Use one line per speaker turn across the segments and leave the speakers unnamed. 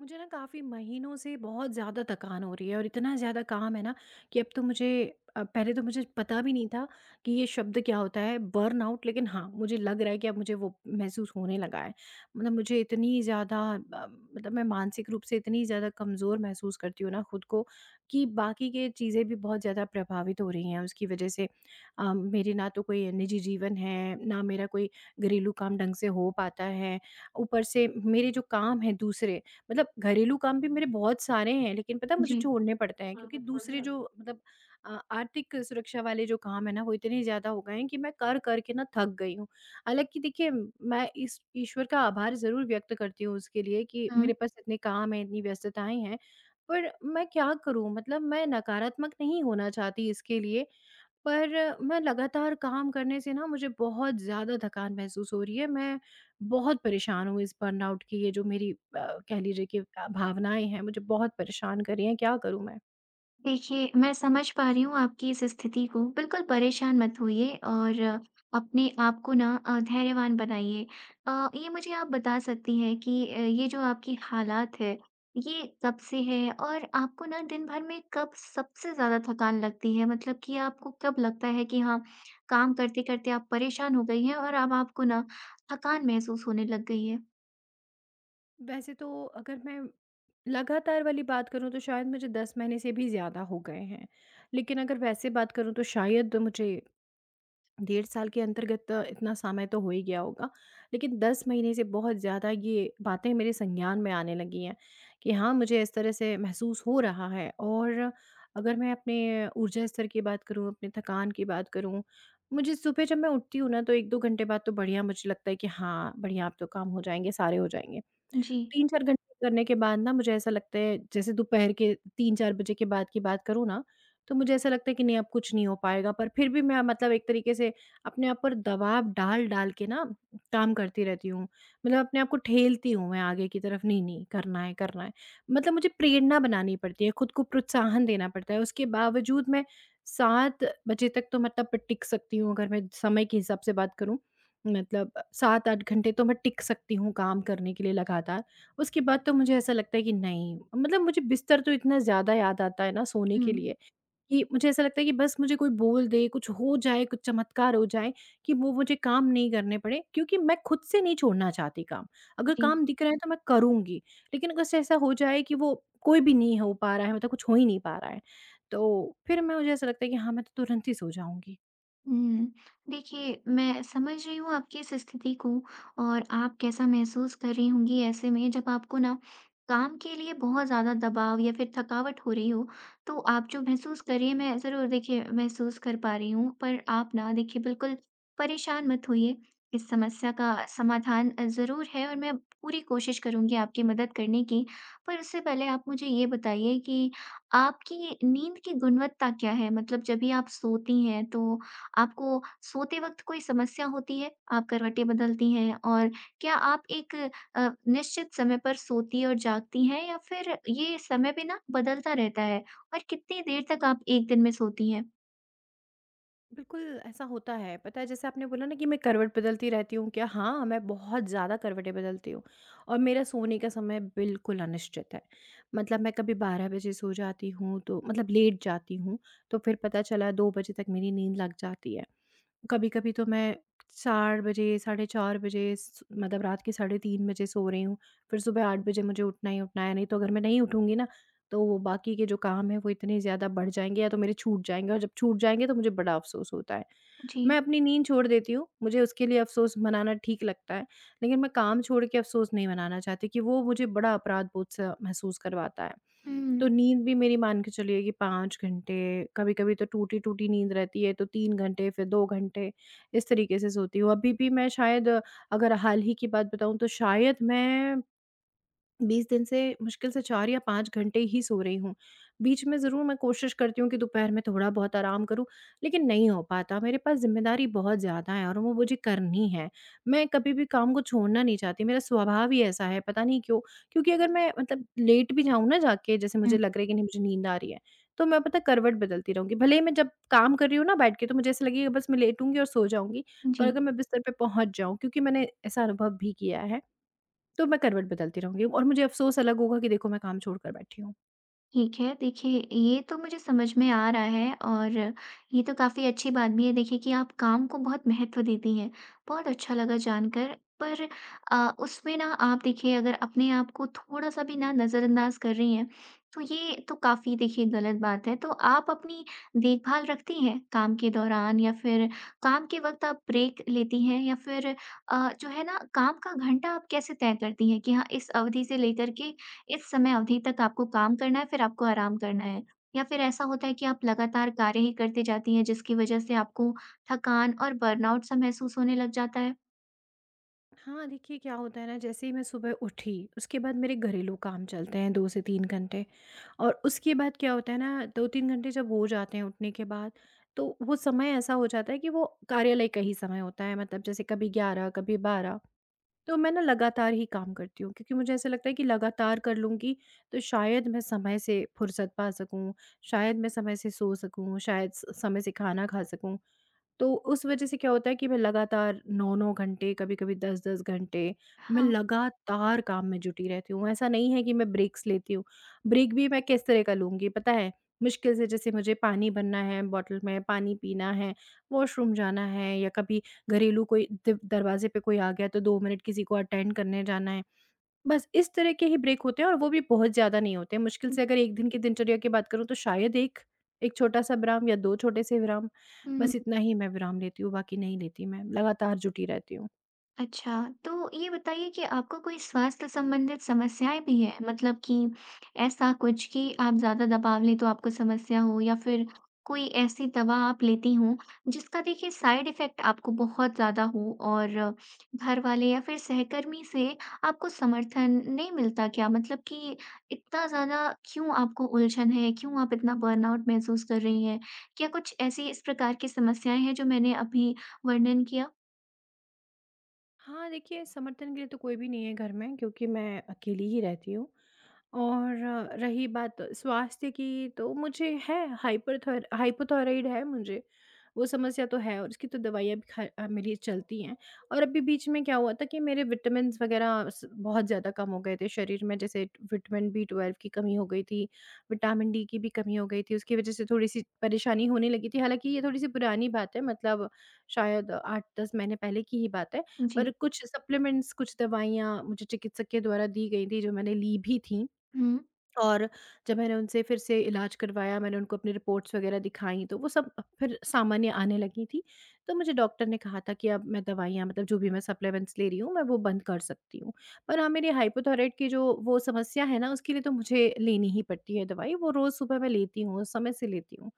मुझे ना काफ़ी महीनों से बहुत ज़्यादा थकान हो रही है और इतना ज़्यादा काम है ना कि अब तो मुझे पहले तो मुझे पता भी नहीं था कि ये शब्द क्या होता है बर्नआउट। लेकिन हाँ, मुझे लग रहा है कि अब मुझे वो महसूस होने लगा है। मतलब मुझे इतनी ज़्यादा अ, मतलब मैं मानसिक रूप से इतनी ज़्यादा कमज़ोर महसूस करती हूँ ना खुद को कि बाकी के चीज़ें भी बहुत ज़्यादा प्रभावित हो रही हैं उसकी वजह से। मेरी ना तो कोई निजी जीवन है, ना मेरा कोई घरेलू काम ढंग से हो पाता है। ऊपर से मेरे जो काम है दूसरे, मतलब घरेलू काम भी मेरे बहुत सारे हैं, लेकिन पता है मुझे
जी।
छोड़ने पड़ते हैं क्योंकि दूसरे जो मतलब आर्थिक सुरक्षा वाले जो काम है ना, वो इतने ज़्यादा हो गए हैं कि मैं कर कर के ना थक गई हूँ। हालाँकि देखिए, मैं इस ईश्वर का आभार ज़रूर व्यक्त करती हूँ उसके लिए कि
हुँ।
मेरे पास इतने काम हैं, इतनी व्यस्तताएँ हैं। पर मैं क्या करूँ, मतलब मैं नकारात्मक नहीं होना चाहती इसके लिए, पर मैं लगातार काम करने से ना मुझे बहुत ज़्यादा थकान महसूस हो रही है। मैं बहुत परेशान हूँ इस बर्नआउट की। ये जो मेरी कह लीजिए कि भावनाएँ हैं, मुझे बहुत परेशान कर रही हैं, क्या करूँ मैं?
देखिए, मैं समझ पा रही हूँ आपकी इस स्थिति को। बिल्कुल परेशान मत होइए और अपने आप को ना धैर्यवान बनाइए। ये मुझे आप बता सकती हैं कि ये जो आपकी हालात है, ये कब से है और आपको ना दिन भर में कब सबसे ज़्यादा थकान लगती है? मतलब कि आपको कब लगता है कि हाँ, काम करते-करते आप परेशान हो गई हैं और अब आपको ना थकान महसूस होने लग गई है?
वैसे तो अगर मैं लगातार वाली बात करूँ तो शायद मुझे 10 महीने से भी ज़्यादा हो गए हैं। लेकिन अगर वैसे बात करूँ तो शायद मुझे डेढ़ साल के अंतर्गत इतना समय तो हो ही गया होगा, लेकिन 10 महीने से बहुत ज़्यादा ये बातें मेरे संज्ञान में आने लगी हैं कि हाँ, मुझे इस तरह से महसूस हो रहा है। और अगर मैं अपने ऊर्जा स्तर की बात करूँ, अपने थकान की बात करूँ, मुझे सुबह जब मैं उठती हूँ ना, तो 1-2 घंटे बाद तो बढ़िया मुझे लगता है कि हाँ, बढ़िया, अब तो काम हो जाएँगे, सारे हो जाएँगे।
जी।
3-4 घंटे करने के बाद ना मुझे ऐसा लगता है, जैसे दोपहर के 3-4 बजे के बाद की बात करूँ ना, तो मुझे ऐसा लगता है कि नहीं, अब कुछ नहीं हो पाएगा। पर फिर भी मैं मतलब एक तरीके से अपने आप पर दबाव डाल-डाल के ना काम करती रहती हूँ। मतलब अपने आप को ठेलती हूँ मैं आगे की तरफ, नहीं, नहीं करना है, करना है। मतलब मुझे प्रेरणा बनानी पड़ती है, खुद को प्रोत्साहन देना पड़ता है, उसके बावजूद मैं 7 बजे तक तो मतलब टिक सकती हूँ, अगर मैं समय के हिसाब से बात करूँ। मतलब 7-8 घंटे तो मैं टिक सकती हूँ काम करने के लिए लगातार। उसके बाद तो मुझे ऐसा लगता है कि नहीं, मतलब मुझे बिस्तर तो इतना ज़्यादा याद आता है ना सोने के
हुँ,
लिए, कि मुझे ऐसा लगता है कि बस मुझे कोई बोल दे, कुछ हो जाए, कुछ चमत्कार हो जाए कि वो मुझे काम नहीं करने पड़े, क्योंकि मैं खुद से नहीं छोड़ना चाहती काम। अगर
जी।
काम दिख रहा है तो मैं करूँगी, लेकिन अगर से ऐसा हो जाए कि वो कोई भी नहीं हो पा रहा है, मतलब कुछ हो ही नहीं पा रहा है, तो फिर मैं मुझे ऐसा लगता है कि हाँ, मैं तो तुरंत ही सो जाऊँगी।
हुँ। देखिए, मैं समझ रही हूँ आपकी इस स्थिति को और आप कैसा महसूस कर रही होंगी ऐसे में जब आपको ना काम के लिए बहुत ज़्यादा दबाव या फिर थकावट हो रही हो, तो आप जो महसूस कर रही हैं मैं ज़रूर देखिए महसूस कर पा रही हूँ। पर आप ना देखिए बिल्कुल परेशान मत होइए, इस समस्या का समाधान ज़रूर है और मैं पूरी कोशिश करूँगी आपकी मदद करने की। पर उससे पहले आप मुझे ये बताइए कि आपकी नींद की गुणवत्ता क्या है? मतलब जब भी आप सोती हैं तो आपको सोते वक़्त कोई समस्या होती है? आप करवटें बदलती हैं और क्या आप एक निश्चित समय पर सोती और जागती हैं या फिर ये समय भी ना बदलता रहता है? और कितनी देर तक आप 1 दिन में सोती हैं?
बिल्कुल, ऐसा होता है। पता है, जैसे आपने बोला ना कि मैं करवट बदलती रहती हूँ क्या? हाँ, मैं बहुत ज़्यादा करवटें बदलती हूँ और मेरा सोने का समय बिल्कुल अनिश्चित है। मतलब मैं कभी 12 बजे सो जाती हूँ, तो मतलब लेट जाती हूँ, तो फिर पता चला 2 बजे तक मेरी नींद लग जाती है। कभी-कभी तो मैं 4 बजे, साढ़े 4 बजे स मतलब रात के साढ़े 3 बजे सो रही हूँ। फिर सुबह 8 बजे मुझे उठना ही उठना है, नहीं तो अगर मैं नहीं उठूँगी ना, तो वो बाकी के जो काम हैं, वो इतने ज़्यादा बढ़ जाएँगे या तो मेरे छूट जाएँगे, और जब छूट जाएँगे, तो मुझे बड़ा अफ़सोस होता है।
जी।
मैं अपनी नींद छोड़ देती हूँ, मुझे उसके लिए अफ़सोस मनाना ठीक लगता है, लेकिन मैं काम छोड़ के अफ़सोस नहीं मनाना चाहती कि वो मुझे बड़ा अपराध बोध-सा महसूस करवाता है।
हुँ।
तो नींद भी मेरी मान के चलिए कि 5 घंटे, कभी-कभी तो टूटी-टूटी नींद रहती है, तो 3 घंटे, फिर 2 घंटे, इस तरीके से सोती हूँ। अभी भी मैं शायद अगर हाल ही की बात बताऊँ तो शायद मैं 20 दिन से मुश्किल से 4 या 5 घंटे ही सो रही हूँ। बीच में ज़रूर मैं कोशिश करती हूँ कि दोपहर में थोड़ा-बहुत आराम करूँ, लेकिन नहीं हो पाता। मेरे पास ज़िम्मेदारी बहुत ज़्यादा है और वो मुझे करनी है। मैं कभी भी काम को छोड़ना नहीं चाहती, मेरा स्वभाव ही ऐसा है, पता नहीं क्यों? क्योंकि अगर मैं मतलब लेट भी जाऊँ ना जाके, जैसे
हुँ,
मुझे लग रहा है कि नहीं, मुझे नींद आ रही है, तो मैं पता है करवट बदलती रहूँगी। भले ही मैं जब काम कर रही हूँ ना बैठ के, तो मुझे ऐसा लगेगा बस मैं लेटूँगी और सो जाऊँगी, पर
जी।
अगर मैं बिस्तर पे पहुँच जाऊँ, क्योंकि मैंने ऐसा अनुभव भी किया है, तो मैं करवट बदलती रहूँगी और मुझे अफ़सोस अलग होगा कि देखो, मैं काम छोड़कर बैठी हूँ।
ठीक है। देखिए, ये तो मुझे समझ में आ रहा है और ये तो काफ़ी अच्छी बात भी है देखिए कि आप काम को बहुत महत्व देती हैं। बहुत अच्छा लगा जानकर। पर उसमें ना आप देखिए अगर अपने आप को थोड़ा-सा भी ना नज़रअंदाज़ कर रही हैं, तो ये तो काफ़ी देखिए गलत बात है। तो आप अपनी देखभाल रखती हैं काम के दौरान या फिर काम के वक़्त आप ब्रेक लेती हैं या फिर जो है ना काम का घंटा आप कैसे तय करती हैं कि हाँ, इस अवधि से लेकर के इस समय अवधि तक आपको काम करना है, फिर आपको आराम करना है। या फिर ऐसा होता है कि आप लगातार कार्य ही करते जाती हैं, जिसकी वजह से आपको थकान और बर्नआउट सा महसूस होने लग जाता है?
हाँ, देखिए क्या होता है ना, जैसे ही मैं सुबह उठी, उसके बाद मेरे घरेलू काम चलते हैं 2 से 3 घंटे, और उसके बाद क्या होता है ना 2-3 घंटे जब हो जाते हैं उठने के बाद, तो वो समय ऐसा हो जाता है कि वो कार्यालय का ही समय होता है, मतलब जैसे कभी 11 कभी 12। तो मैं ना लगातार ही काम करती हूँ, क्योंकि मुझे ऐसा लगता है कि लगातार कर लूँगी तो शायद मैं समय से फुर्सत पा सकूँ, शायद मैं समय से सो सकूँ, शायद स समय से खाना खा सकूँ। तो उस वज़ह से क्या होता है कि मैं लगातार 9-9 घंटे, कभी-कभी 10-10 घंटे, मैं
हाँ।
लगातार काम में जुटी रहती हूँ। ऐसा नहीं है कि मैं ब्रेक्स लेती हूँ। ब्रेक भी मैं किस तरह का लूँगी पता है? मुश्किल से जैसे मुझे पानी भरना है बॉटल में, पानी पीना है, वॉशरूम जाना है, या कभी घरेलू कोई द दरवाज़े पे कोई आ गया तो 2 मिनट किसी को अटेंड करने जाना है। बस इस तरह के ही ब्रेक होते हैं और वो भी बहुत ज़्यादा नहीं होते हैं। मुश्किल
हुँ,
से अगर 1 दिन की दिनचर्या की बात करूँ तो शायद 1 छोटा-सा विराम या 2 छोटे से विराम,
हुँ।
बस इतना ही मैं विराम लेती हूँ, बाकी नहीं लेती मैं, लगातार जुटी रहती हूँ।
अच्छा, तो ये बताइए कि आपको कोई स्वास्थ्य संबंधित समस्याएँ भी हैं? मतलब कि ऐसा कुछ कि आप ज़्यादा दबाव लें तो आपको समस्या हो या फिर कोई ऐसी दवा आप लेती हों, जिसका देखिए साइड इफ़ेक्ट आपको बहुत ज़्यादा हो और घरवाले या फिर सहकर्मी से आपको समर्थन नहीं मिलता क्या? मतलब कि इतना ज़्यादा क्यों आपको उलझन है? क्यों आप इतना बर्नआउट महसूस कर रही हैं? क्या कुछ ऐसी इस प्रकार की समस्याएँ हैं जो मैंने अभी वर्णन किया?
हाँ, देखिए, समर्थन के लिए तो कोई भी नहीं है घर में, क्योंकि मैं अकेली ही रहती हूँ। और रही बात स्वास्थ्य की, तो मुझे है हाइपरथायर हाइपोथायराइड है मुझे, वो समस्या तो है और उसकी तो दवाइयाँ भी मेरी चलती हैं। और अभी बीच में क्या हुआ था कि मेरे विटामिन्स वगैरह बहुत ज़्यादा कम हो गए थे शरीर में, जैसे विटामिन बी 12 की कमी हो गई थी, विटामिन डी की भी कमी हो गई थी, उसकी वजह से थोड़ी सी परेशानी होने लगी थी। हालांकि ये थोड़ी सी पुरानी बात है, मतलब शायद 8-10 महीने पहले की ही बात है। पर
जी।
कुछ सप्लीमेंट्स, कुछ दवाइयाँ मुझे चिकित्सक के द्वारा दी गई थी, जो मैंने ली भी थी।
हुँ।
और जब मैंने उनसे फिर से इलाज करवाया, मैंने उनको अपनी रिपोर्ट्स वग़ैरह दिखाई, तो वो सब फिर सामान्य आने लगी थी। तो मुझे डॉक्टर ने कहा था कि अब मैं दवाइयाँ, मतलब जो भी मैं सप्लीमेंट्स ले रही हूँ, मैं वो बंद कर सकती हूँ। पर हाँ, मेरी हाइपोथायरॉइड की जो वो समस्या है ना, उसके लिए तो मुझे लेनी ही पड़ती है दवाई, वो रोज़ सुबह मैं लेती हूँ, समय से लेती हूँ।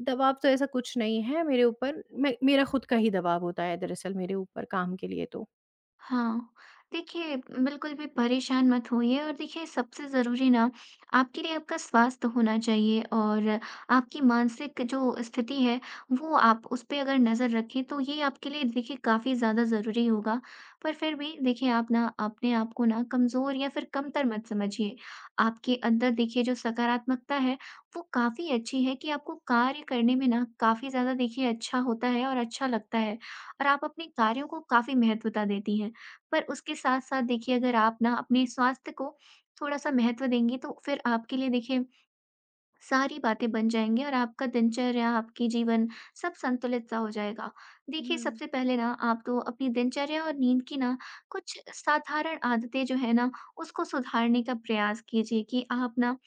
दबाव तो ऐसा कुछ नहीं है मेरे ऊपर, मैं मेरा खुद का ही दबाव होता है दरअसल मेरे ऊपर काम के लिए तो।
हाँ, देखिए बिल्कुल भी परेशान मत होइए और देखिए सबसे ज़रूरी ना आपके लिए आपका स्वास्थ्य होना चाहिए और आपकी मानसिक जो स्थिति है वो आप उस पे अगर नज़र रखें तो ये आपके लिए देखिए काफ़ी ज़्यादा ज़रूरी होगा। पर फिर भी देखिए आप ना अपने आप को ना कमज़ोर या फिर कमतर मत समझिए। आपके अंदर देखिए जो सकारात्मकता है वो काफ़ी अच्छी है कि आपको कार्य करने में ना काफ़ी ज़्यादा देखिए अच्छा होता है और अच्छा लगता है और आप अपने कार्यों को काफ़ी महत्वता देती हैं। पर उसके साथ-साथ देखिए अगर आप ना अपने स्वास्थ्य को थोड़ा-सा महत्व देंगी तो फिर आपके लिए देखिए सारी बातें बन जाएँगी और आपका दिनचर्या, आपकी जीवन सब संतुलित-सा हो जाएगा। देखिए,
हुँ,
सबसे पहले ना आप तो अपनी दिनचर्या और नींद की ना कुछ साधारण आदतें जो है ना, उसको सुधारने का प्रयास कीजिए कि आप ना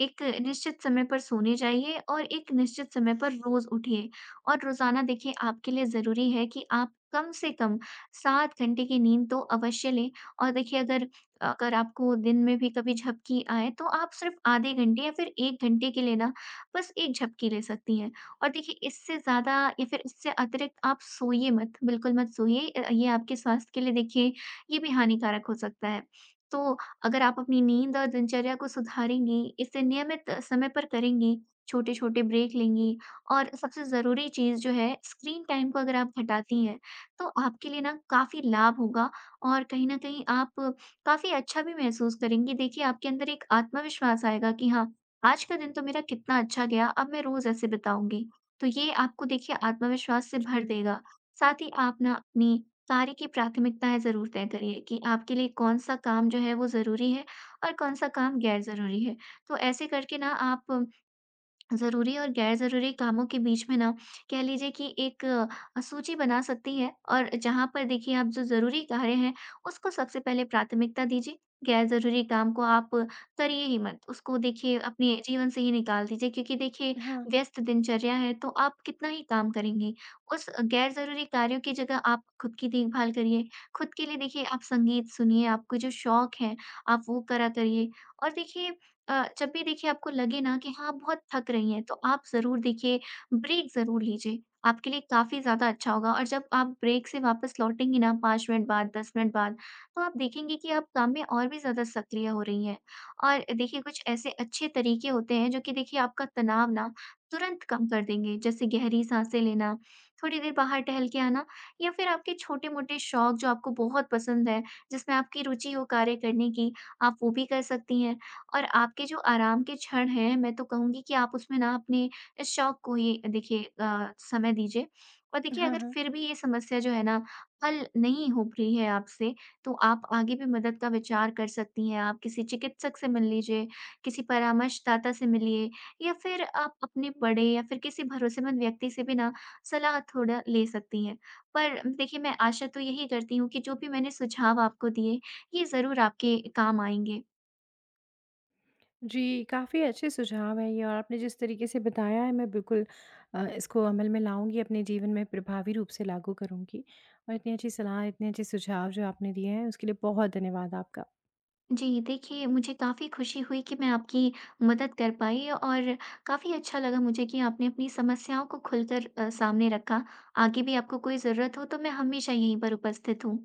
एक निश्चित समय पर सोने जाइए और एक निश्चित समय पर रोज़ उठिए। और रोज़ाना देखिए आपके लिए ज़रूरी है कि आप कम से कम 7 घंटे की नींद तो अवश्य लें और देखिए अगर अगर आपको दिन में भी कभी झपकी आए तो आप सिर्फ आधे घंटे या फिर 1 घंटे के लिए ना बस 1 झपकी ले सकती हैं। और देखिए इससे ज़्यादा या फिर इससे अतिरिक्त आप सोइए मत, बिल्कुल मत सोइए ये आपके स्वास्थ्य के लिए देखिए ये भी हानिकारक हो सकता है। तो अगर आप अपनी नींद और दिनचर्या को सुधारेंगी, इसे नियमित समय पर करेंगी, छोटे-छोटे ब्रेक लेंगी और सबसे ज़रूरी चीज़ जो है स्क्रीन टाइम को अगर आप घटाती हैं, तो आपके लिए ना काफ़ी लाभ होगा और कहीं न कहीं आप काफ़ी अच्छा भी महसूस करेंगी। देखिए, आपके अंदर एक आत्मविश्वास आएगा कि हाँ, आज का दिन तो मेरा कितना अच्छा गया, अब मैं रोज़ ऐसे बिताऊँगी। तो ये आपको देखिए आत्मविश्वास से भर
जी।
देगा। साथ ही आप ना अपनी कार्य की प्राथमिकताएँ ज़रूर तय करिए कि आपके लिए कौन-सा काम जो है वो ज़रूरी है और कौन-सा काम गैर ज़रूरी है। तो ऐसे करके ना आप ज़रूरी और गैर ज़रूरी कामों के बीच में ना कह लीजिए कि एक सूची बना सकती है और जहाँ पर देखिए आप जो ज़रूरी कार्य हैं उसको सबसे पहले प्राथमिकता दीजिए। गैर ज़रूरी काम को आप करिए ही मत। उसको देखिए अपने जीवन से ही निकाल दीजिए क्योंकि देखिए
हाँ।
व्यस्त दिनचर्या है तो आप कितना ही काम करेंगी। उस गैर ज़रूरी कार्यों की जगह आप खुद की देखभाल करिए। खुद के लिए देखिए आप संगीत सुनिए, आपको जो शौक है आप वो करा करिए। और देखिए जब भी देखिए आपको लगे ना कि हाँ, आप बहुत थक रही हैं, तो आप ज़रूर देखिए ब्रेक ज़रूर लीजिए। आपके लिए काफ़ी ज़्यादा अच्छा होगा और जब आप ब्रेक से वापस लौटेंगी ना 5 मिनट बाद, 10 मिनट बाद, तो आप देखेंगी कि आप काम में और भी ज़्यादा सक्रिय हो रही हैं। और देखिए कुछ ऐसे अच्छे तरीके होते हैं जो कि देखिए आपका तनाव ना तुरंत कम कर देंगे, जैसे गहरी साँसें लेना, थोड़ी देर बाहर टहल के आना या फिर आपके छोटे-मोटे शौक जो आपको बहुत पसंद हैं, जिसमें आपकी रुचि हो कार्य करने की, आप वो भी कर सकती हैं। और आपके जो आराम के क्षण हैं, मैं तो कहूँगी कि आप उसमें ना अपने इस शौक को ही देखिए समय दीजिए। और देखिए
हाँ,
अगर
हाँ।
फिर भी ये समस्या जो है ना हल नहीं हो रही है आपसे, तो आप आगे भी मदद का विचार कर सकती हैं। आप किसी चिकित्सक से मिल लीजिए, किसी परामर्शदाता से मिलिए या फिर आप अपने बड़े या फिर किसी भरोसेमंद व्यक्ति से भी ना सलाह थोड़ा ले सकती हैं। पर देखिए मैं आशा तो यही करती हूँ कि जो भी मैंने सुझाव आपको दिए, ये ज़रूर आपके काम आएँगे।
जी, काफ़ी अच्छे सुझाव हैं ये, और आपने जिस तरीके से बताया है, मैं बिल्कुल इसको अमल में लाऊँगी, अपने जीवन में प्रभावी रूप से लागू करूँगी, और इतनी अच्छी सलाह, इतने अच्छे सुझाव जो आपने दिए हैं, उसके लिए बहुत धन्यवाद आपका।
जी, देखिए मुझे काफ़ी खुशी हुई कि मैं आपकी मदद कर पाई और काफ़ी अच्छा लगा मुझे कि आपने अपनी समस्याओं को खुलकर सामने रखा। आगे भी आपको कोई ज़रूरत हो तो मैं हमेशा यहीं पर उपस्थित हूँ।